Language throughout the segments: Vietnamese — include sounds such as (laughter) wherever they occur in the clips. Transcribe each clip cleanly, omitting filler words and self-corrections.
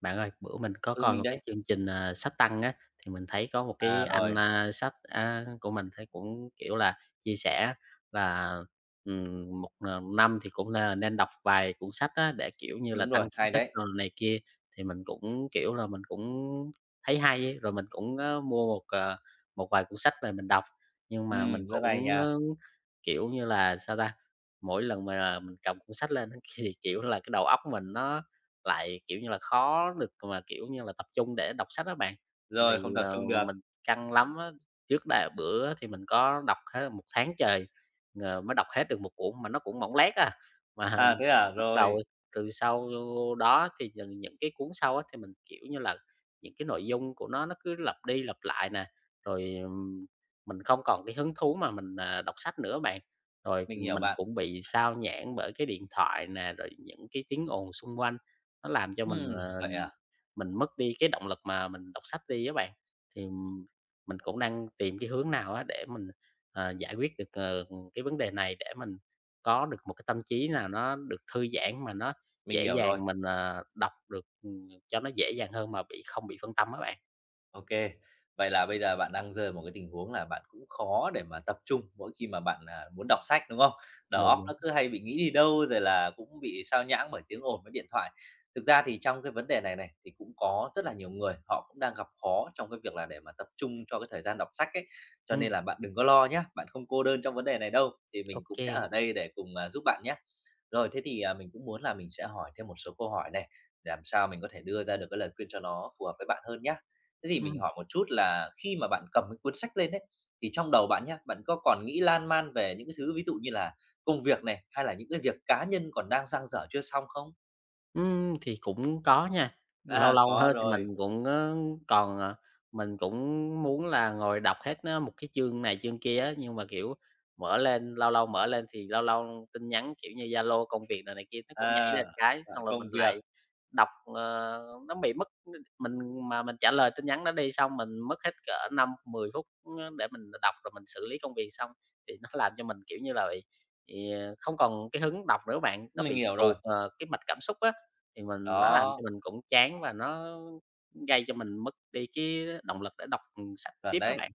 Bạn ơi, bữa mình có Ừ, coi mình một cái đấy. chương trình, Sách Tăng á, thì mình thấy có một cái À, anh, rồi, sách á, của mình thấy cũng, kiểu là, chia sẻ là, một năm thì cũng là nên đọc vài cuốn sách á, để, kiểu như là, đúng rồi, tăng kiến hay thức đấy. đồ này kia. Thì mình cũng, kiểu là, mình cũng thấy hay ấy, rồi mình cũng, mua một, một vài cuốn sách về mình đọc. Nhưng mà mình Rất hay cũng, nha. Kiểu như là, sao ta, mỗi lần mà mình cầm cuốn sách lên á (laughs) thì, kiểu là, cái đầu óc mình nó lại, kiểu như là, khó được mà, kiểu như là, tập trung để đọc sách đó bạn. Rồi, Thì, không tập trung được. mình căng lắm á, trước đây bữa thì mình có đọc hết một tháng trời, mới đọc hết được một cuốn mà nó cũng mỏng lét à. Mà À, (laughs) thế à? bắt đầu Rồi, từ sau đó thì những cái cuốn sau á thì mình, kiểu như là, những cái nội dung của nó cứ lặp đi lặp lại nè, rồi, mình không còn cái hứng thú mà mình, đọc sách nữa bạn. Rồi mình hiểu mình bạn. cũng bị sao nhãng bởi cái điện thoại nè, rồi những cái tiếng ồn xung quanh. Nó làm cho mình, Ừ ờ, vậy à? mình mất đi cái động lực mà mình đọc sách đi các bạn. Thì, mình cũng đang tìm cái hướng nào á để mình, giải quyết được, cái vấn đề này để mình có được một cái tâm trí nào nó được thư giãn mà nó Mình dễ hiểu dàng rồi. mình, đọc được, cho nó dễ dàng hơn mà bị không bị phân tâm các bạn. OK. Vậy là bây giờ bạn đang rơi vào một cái tình huống là bạn cũng khó để mà tập trung mỗi khi mà bạn, muốn đọc sách, đúng không? Đầu Đúng, óc đúng. nó cứ hay bị nghĩ đi đâu, rồi là cũng bị sao nhãng bởi tiếng ồn với điện thoại. Thực ra thì trong cái vấn đề này này, thì cũng có rất là nhiều người họ cũng đang gặp khó trong cái việc là để mà tập trung cho cái thời gian đọc sách ấy. Cho Ừ. nên là bạn đừng có lo nhé, bạn không cô đơn trong vấn đề này đâu, thì mình cũng sẽ Ok. ở đây để cùng, giúp bạn nhé. Rồi, thế thì, mình cũng muốn là mình sẽ hỏi thêm một số câu hỏi này, để làm sao mình có thể đưa ra được cái lời khuyên cho nó phù hợp với bạn hơn nhá. Thế thì Ừ. mình hỏi một chút là khi mà bạn cầm cái cuốn sách lên đấy, thì trong đầu bạn nhá, bạn có còn nghĩ lan man về những cái thứ ví dụ như là công việc này, hay là những cái việc cá nhân còn đang dang dở chưa xong không? Thì cũng có nha, lâu À, lâu có hơn thì mình rồi, cũng, ơ, còn, à mình cũng muốn là ngồi đọc hết á một cái chương này chương kia á, nhưng mà, kiểu, mở lên lâu lâu mở lên thì lâu lâu tin nhắn, kiểu như, Zalo công việc này này kia nó cũng nhảy à, lên cái, xong rồi mình công việc, lại đọc, ờ, nó bị mất mình mà mình trả lời tin nhắn đó đi, xong mình mất hết cỡ năm mười phút, để mình đọc rồi mình xử lý công việc xong, thì nó làm cho mình, kiểu như là, bị ì, không còn cái hứng đọc nữa bạn, nó mình bị hiểu rồi, tuột, cái mạch cảm xúc á. Thì mình nó làm cho đó. mình cũng chán và nó gây cho mình mất đi cái động lực để đọc, sách Chuẩn tiếp á đấy. bạn.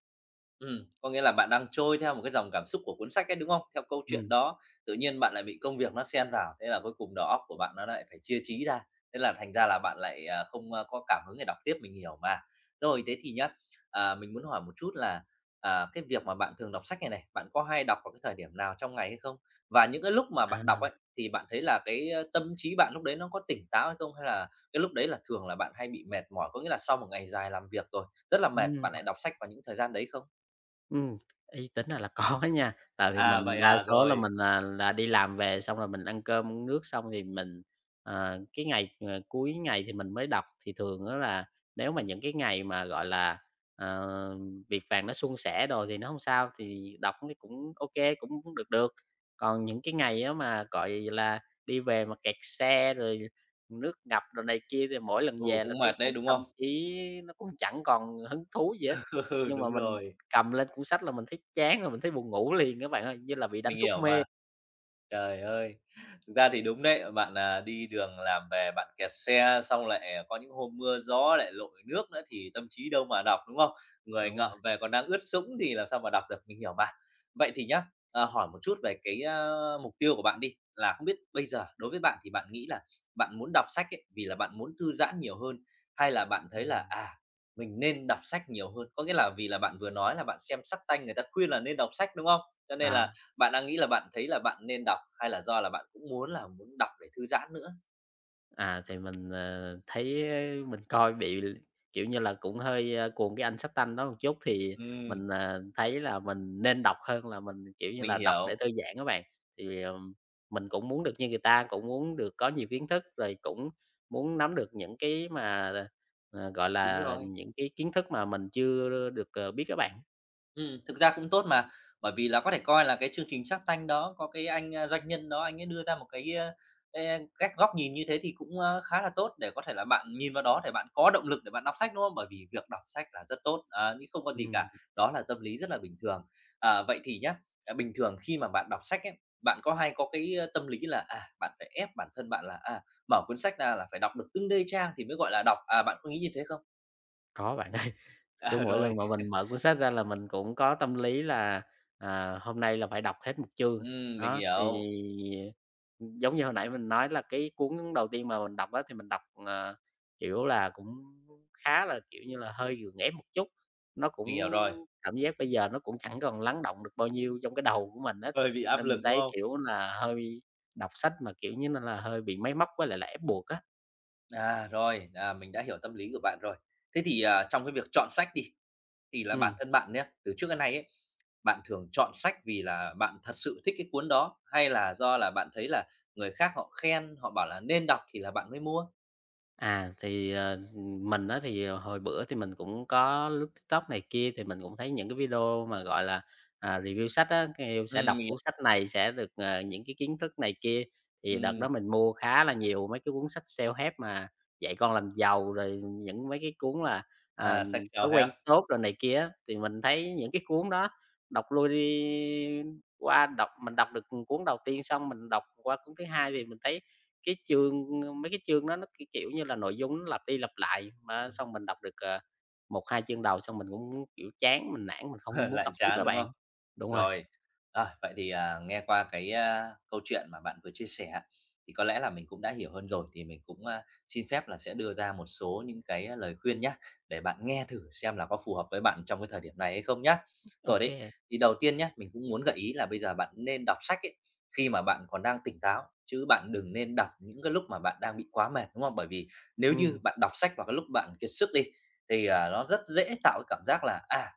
Có nghĩa là bạn đang trôi theo một cái dòng cảm xúc của cuốn sách ấy, đúng không? Theo câu chuyện Ừm, đó, tự nhiên bạn lại bị công việc nó xen vào, thế là cuối cùng đầu óc của bạn nó lại phải chia trí ra, thế là thành ra là bạn lại, không, có cảm hứng để đọc tiếp, mình hiểu mà. Rồi, thế thì nhá, mình muốn hỏi một chút là, cái việc mà bạn thường đọc sách này này, bạn có hay đọc vào cái thời điểm nào trong ngày hay không? Và những cái lúc mà bạn đọc ấy, à. thì bạn thấy là cái, tâm trí bạn lúc đấy nó có tỉnh táo hay không? Hay là cái lúc đấy là thường là bạn hay bị mệt mỏi, có nghĩa là sau một ngày dài làm việc rồi, rất là mệt, Ừm. bạn lại đọc sách vào những thời gian đấy không? Ừm, ý tính ra là có (laughs) nha, tại vì À, mình vậy đa à? số là Rồi. mình là đi làm về xong rồi mình ăn cơm uống nước xong thì mình, cái ngày, cuối ngày thì mình mới đọc. Thì thường đó là nếu mà những cái ngày mà, gọi là, ờ, việc vàng nó suôn sẻ rồi thì nó không sao, thì đọc thấy cũng ok cũng cũng được được. Còn những cái ngày đó mà, gọi là, đi về mà kẹt xe rồi nước ngập rồi này kia thì mỗi lần Ừ, về là cũng thấy mệt đấy, cũng đúng tâm không? trí nó cũng chẳng còn hứng thú gì hết. (laughs) Nhưng mà Đúng mình rồi. cầm lên cuốn sách là mình thấy chán rồi, mình thấy buồn ngủ liền các bạn ơi, như là bị đánh Mình thuốc hiểu mê. mà. Trời ơi! Thực ra thì đúng đấy, bạn, đi đường làm về bạn kẹt xe, xong lại có những hôm mưa gió lại lội nước nữa thì tâm trí đâu mà đọc, đúng không? Người Đúng rồi. ngợm về còn đang ướt sũng thì làm sao mà đọc được, mình hiểu mà. Vậy thì nhá, hỏi một chút về cái, mục tiêu của bạn đi, là không biết bây giờ đối với bạn thì bạn nghĩ là bạn muốn đọc sách ấy, vì là bạn muốn thư giãn nhiều hơn, hay là bạn thấy Ừm. là, mình nên đọc sách nhiều hơn? Có nghĩa là vì là bạn vừa nói là bạn xem sách tanh người ta khuyên là nên đọc sách, đúng không? Cho nên là À, bạn đang nghĩ là bạn thấy là bạn nên đọc hay là do là bạn cũng muốn là muốn đọc để thư giãn nữa? à, thì mình, thấy mình coi bị kiểu như là, cũng hơi, cuồng cái anh sách Tanh đó một chút thì Ừm, mình, thấy là mình nên đọc hơn là mình, kiểu như mình là, đọc để hiểu, thư giãn á bạn. Thì, mình cũng muốn được như người ta, cũng muốn được có nhiều kiến thức, rồi cũng muốn nắm được những cái mà, gọi đúng là, rồi. những cái kiến thức mà mình chưa được, biết á bạn. Thực ra cũng tốt mà, bởi vì là có thể coi là cái chương trình Shark Tank đó có cái anh, doanh nhân đó, anh ấy đưa ra một cái, cách góc nhìn như thế thì cũng, khá là tốt để có thể là bạn nhìn vào đó để bạn có động lực để bạn đọc sách, đúng không? Bởi vì việc đọc sách là rất tốt, nhưng không có gì cả, Ừm, đó là tâm lý rất là bình thường. Vậy thì nhá, bình thường khi mà bạn đọc sách ấy, bạn có hay có cái, tâm lý là, bạn phải ép bản thân bạn là, mở cuốn sách ra là phải đọc được từng đây trang thì mới gọi là đọc, bạn có nghĩ như thế không? có bạn. (laughs) Kiểu, À, mỗi rồi. lần mà mình mở cuốn sách ra là mình cũng có tâm lý là, à, hôm nay là phải đọc hết một chương. Ừm, mình Đó, thì, hiểu, giống như hồi nãy mình nói là cái cuốn đầu tiên mà mình đọc đó thì mình đọc, kiểu là, cũng khá là, kiểu như là, hơi gượng ép một chút. Nó mình cũng hiểu rồi. cảm giác bây giờ nó cũng chẳng còn lắng động được bao nhiêu trong cái đầu của mình hết, Hơi bị áp nên mình lực, đúng thấy, không? kiểu là, hơi đọc sách mà, kiểu như, là hơi bị máy móc với lại là ép buộc á. À, rồi, mình đã hiểu tâm lý của bạn rồi. Thế thì, trong cái việc chọn sách đi, thì là bản Ừm. thân bạn nhé từ trước đến nay ấy, bạn thường chọn sách vì là bạn thật sự thích cái cuốn đó, hay là do là bạn thấy là người khác họ khen, họ bảo là nên đọc thì là bạn mới mua? À, thì, mình á thì hồi bữa thì mình cũng có lướt TikTok này kia, thì mình cũng thấy những cái video mà, gọi là, review sách á, kêu sẽ đọc Mình hiểu. cuốn sách này sẽ được, những cái kiến thức này kia. Thì đợt đó mình mua khá là nhiều mấy cái cuốn sách self-help mà dạy con làm giàu, rồi những mấy cái cuốn là, à, À, sách thói quen self-help. tốt rồi này kia á. Thì mình thấy những cái cuốn đó đọc lui đi qua, đọc mình đọc được cuốn đầu tiên xong mình đọc qua cuốn thứ hai thì mình thấy cái chương mấy cái chương đó nó, kiểu như là, nội dung nó lặp đi lặp lại, mà xong mình đọc được, 1, 2 chương đầu xong mình cũng, kiểu, chán, mình nản, mình không (laughs) muốn Lại đọc tiếp á chán, đúng bạn. không? Đúng rồi, Rồi, rồi, vậy thì, nghe qua cái, câu chuyện mà bạn vừa chia sẻ á, thì có lẽ là mình cũng đã hiểu hơn rồi, thì mình cũng, xin phép là sẽ đưa ra một số những cái lời khuyên nhé để bạn nghe thử xem là có phù hợp với bạn trong cái thời điểm này hay không nhé. ok Rồi đấy, kê. thì đầu tiên nhé, mình cũng muốn gợi ý là bây giờ bạn nên đọc sách ấy, khi mà bạn còn đang tỉnh táo, chứ bạn đừng nên đọc những cái lúc mà bạn đang bị quá mệt, đúng không? Bởi vì nếu như Ừm, bạn đọc sách vào cái lúc bạn kiệt sức đi, thì, nó rất dễ tạo cái cảm giác là, à,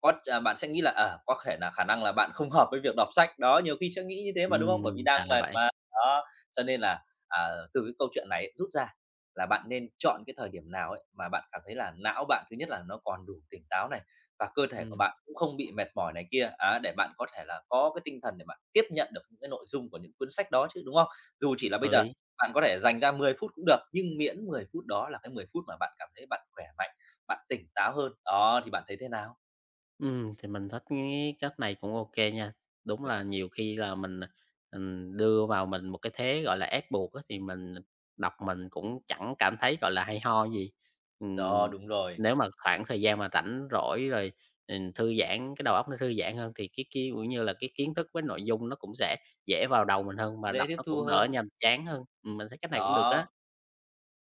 có à, bạn sẽ nghĩ là, có thể là khả năng là bạn không hợp với việc đọc sách, đó, nhiều khi sẽ nghĩ như thế mà, đúng không? Bởi vì đang là mệt vậy. mà, đó, cho nên là, à, từ cái câu chuyện này ấy, rút ra là bạn nên chọn cái thời điểm nào ấy mà bạn cảm thấy là não bạn thứ nhất là nó còn đủ tỉnh táo này, và cơ thể của Ừm, bạn cũng không bị mệt mỏi này kia, á, để bạn có thể là có cái tinh thần để bạn tiếp nhận được những cái nội dung của những cuốn sách đó chứ, đúng không? Dù chỉ là có bây giờ lý. bạn có thể dành ra 10 phút cũng được, nhưng miễn 10 phút đó là cái 10 phút mà bạn cảm thấy bạn khỏe mạnh, bạn tỉnh táo hơn, đó, thì bạn thấy thế nào? Thì mình thích cái cách này cũng ok nha. Đúng là nhiều khi là mình, đưa vào mình một cái thế, gọi là, ép buộc á, thì mình đọc mình cũng chẳng cảm thấy, gọi là, hay ho gì. Đó, Ừm, đúng rồi, nếu mà khoảng thời gian mà rảnh rỗi rồi, thư giãn, cái đầu óc nó thư giãn hơn thì cái, kiểu như là, cái kiến thức với nội dung nó cũng sẽ dễ vào đầu mình hơn, mà dễ đọc tiếp nó thu cũng đỡ hơn. nhàm chán hơn. Mình thấy cách này cũng được á. Đó,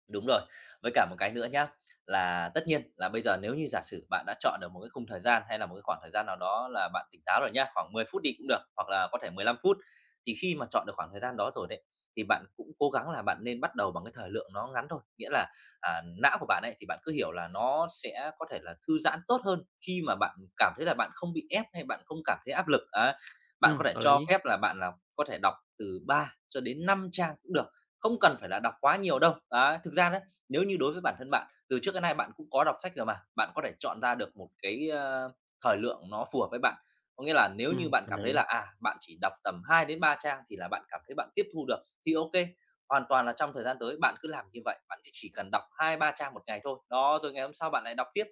đúng rồi. Với cả một cái nữa nhá, là tất nhiên là bây giờ nếu như giả sử bạn đã chọn được một cái khung thời gian hay là một cái khoảng thời gian nào đó là bạn tỉnh táo rồi nhá, khoảng 10 phút đi cũng được, hoặc là có thể 15 phút, thì khi mà chọn được khoảng thời gian đó rồi đấy, thì bạn cũng cố gắng là bạn nên bắt đầu bằng cái thời lượng nó ngắn thôi. Nghĩa là, não của bạn ấy thì bạn cứ hiểu là nó sẽ có thể là thư giãn tốt hơn khi mà bạn cảm thấy là bạn không bị ép hay bạn không cảm thấy áp lực. Á, bạn có thể Có cho lý. phép là bạn là có thể đọc từ 3 cho đến 5 trang cũng được, không cần phải là đọc quá nhiều đâu. Đấy, thực ra đấy, nếu như đối với bản thân bạn, từ trước đến nay bạn cũng có đọc sách rồi mà, bạn có thể chọn ra được một cái, thời lượng nó phù hợp với bạn. Có nghĩa là nếu như bạn Mình cảm thấy hiểu. là, bạn chỉ đọc tầm 2 đến 3 trang thì là bạn cảm thấy bạn tiếp thu được, thì ok, hoàn toàn là trong thời gian tới bạn cứ làm như vậy, bạn chỉ cần đọc 2 3 trang một ngày thôi. Đó, rồi ngày hôm sau bạn lại đọc tiếp.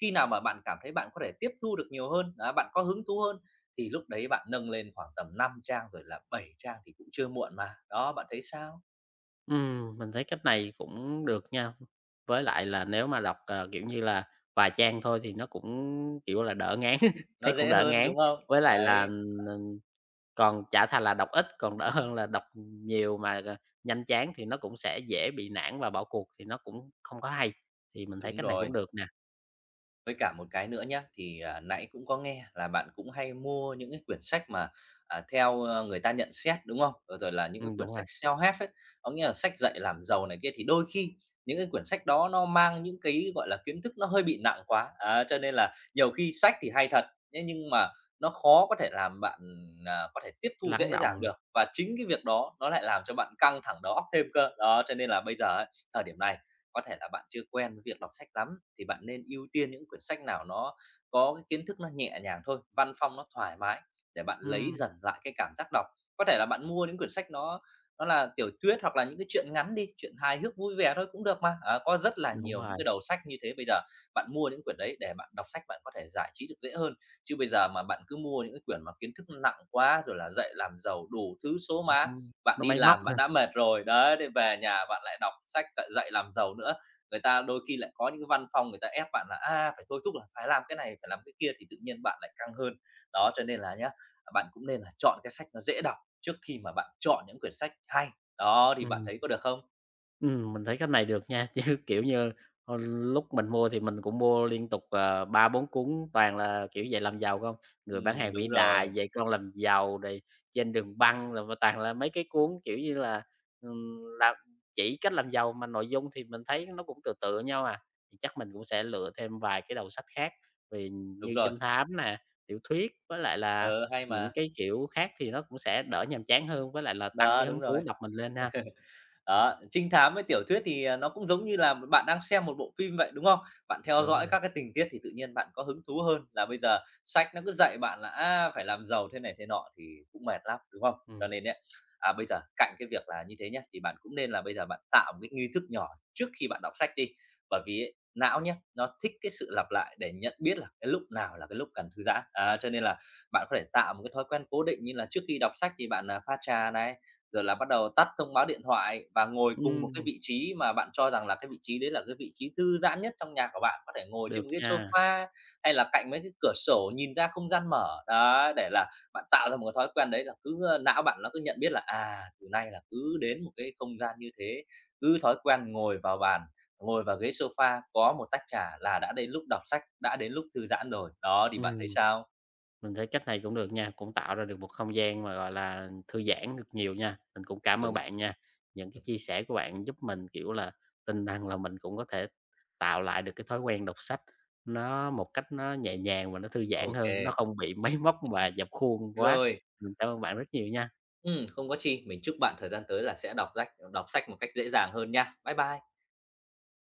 Khi nào mà bạn cảm thấy bạn có thể tiếp thu được nhiều hơn, đấy, bạn có hứng thú hơn thì lúc đấy bạn nâng lên khoảng tầm 5 trang rồi là 7 trang thì cũng chưa muộn mà. Đó, bạn thấy sao? Mình thấy cách này cũng được nha. Với lại là nếu mà đọc, kiểu như là, vài trang thôi thì nó cũng, kiểu là, đỡ ngán, (laughs) thấy Nó cũng dễ đỡ hơn, ngán. đúng không? Với lại Đấy, là, ừm, còn chả thà là đọc ít, còn đỡ hơn là đọc nhiều mà, nhanh chán thì nó cũng sẽ dễ bị nản và bỏ cuộc thì nó cũng không có hay. Thì mình thấy đúng cách này cũng rồi. được nè. Với cả một cái nữa nhá, thì, nãy cũng có nghe là bạn cũng hay mua những cái quyển sách mà, theo, người ta nhận xét, đúng không? Rồi rồi là những cái quyển Đúng rồi, sách self-help ấy, có nghĩa là sách dạy làm giàu này kia, thì đôi khi những cái quyển sách đó nó mang những cái, gọi là, kiến thức nó hơi bị nặng quá, á, cho nên là nhiều khi sách thì hay thật, thế nhưng mà nó khó có thể làm bạn, có thể tiếp thu lắng dễ dàng động. được, và chính cái việc đó nó lại làm cho bạn căng thẳng đầu óc thêm cơ. Đó, cho nên là bây giờ ấy, thời điểm này có thể là bạn chưa quen với việc đọc sách lắm thì bạn nên ưu tiên những quyển sách nào nó có cái kiến thức nó nhẹ nhàng thôi, văn phong nó thoải mái để bạn lấy Ừm, dần lại cái cảm giác đọc. Có thể là bạn mua những quyển sách nó là tiểu thuyết hoặc là những cái chuyện ngắn đi, chuyện hài hước vui vẻ thôi cũng được mà. Ờ, có rất là đúng nhiều những rồi, cái đầu sách như thế bây giờ, bạn mua những quyển đấy để bạn đọc sách bạn có thể giải trí được dễ hơn. Chứ bây giờ mà bạn cứ mua những cái quyển mà kiến thức nặng quá rồi là dạy làm giàu đủ thứ số má, nó bạn nó đi máy móc làm ha. bạn đã mệt rồi, đấy, để về nhà bạn lại đọc sách lại dạy làm giàu nữa. Người ta đôi khi lại có những cái văn phòng người ta ép bạn là, phải thôi thúc là phải làm cái này, phải làm cái kia thì tự nhiên bạn lại căng hơn. Đó, cho nên là nhá, bạn cũng nên là chọn cái sách nó dễ đọc trước khi mà bạn chọn những quyển sách hay. Đó, thì bạn Ừm. thấy có được không? Mình thấy cách này được nha, (laughs) chứ, kiểu như, hồi lúc mình mua thì mình cũng mua liên tục, 3, 4 cuốn toàn là, kiểu, dạy làm giàu không, Người bán hàng vĩ Đúng rồi, đại, Dạy con làm giàu, rồi Trên đường băng, là mà toàn là mấy cái cuốn, kiểu như là, làm chỉ cách làm giàu mà nội dung thì mình thấy nó cũng tựa tựa nhau à. Thì chắc mình cũng sẽ lựa thêm vài cái đầu sách khác vì đúng như rồi. trinh thám nè, tiểu thuyết với lại là Ừ, hay những mà. cái kiểu khác thì nó cũng sẽ đỡ nhàm chán hơn, với lại là tăng Đó, cái hứng đúng thú rồi. đọc mình lên ha. Đó, trinh thám với tiểu thuyết thì, nó cũng giống như là bạn đang xem một bộ phim vậy, đúng không? Bạn theo Đúng dõi rồi, các cái tình tiết thì tự nhiên bạn có hứng thú hơn là bây giờ sách nó cứ dạy bạn là, phải làm giàu thế này thế nọ thì cũng mệt lắm, đúng không? Cho ừm. nên ấy, bây giờ cạnh cái việc là như thế nhé, thì bạn cũng nên là bây giờ bạn tạo một cái nghi thức nhỏ trước khi bạn đọc sách đi. Bởi vì ấy, não nhá, nó thích cái sự lặp lại để nhận biết là cái lúc nào là cái lúc cần thư giãn. Cho nên là bạn có thể tạo một cái thói quen cố định như là trước khi đọc sách thì bạn, pha trà này, rồi là bắt đầu tắt thông báo điện thoại và ngồi cùng một cái Ừm, vị trí mà bạn cho rằng là cái vị trí đấy là cái vị trí thư giãn nhất trong nhà của bạn, có thể ngồi trên được một cái nha. sofa hay là cạnh mấy cái cửa sổ nhìn ra không gian mở. Đó, để là bạn tạo ra một cái thói quen đấy là cứ, não bạn nó cứ nhận biết là, từ nay là cứ đến một cái không gian như thế, cứ thói quen ngồi vào bàn, ngồi vào ghế sofa, có một tách trà là đã đến lúc đọc sách, đã đến lúc thư giãn rồi. Đó, thì bạn thấy Ừm, sao? mình thấy cách này cũng được nha, cũng tạo ra được một không gian mà, gọi là, thư giãn được nhiều nha. Mình cũng cảm ơn Đúng. bạn nha, những cái Ừm, chia sẻ của bạn giúp mình, kiểu là, tin rằng là mình cũng có thể tạo lại được cái thói quen đọc sách nó một cách nó nhẹ nhàng và nó thư giãn ô kê. hơn, nó không bị (laughs) máy móc và (laughs) dập khuôn quá. Rồi. Mình cảm ơn bạn rất nhiều nha. Không có chi. Mình chúc bạn thời gian tới là sẽ đọc sách một cách dễ dàng hơn nha. Bye bye.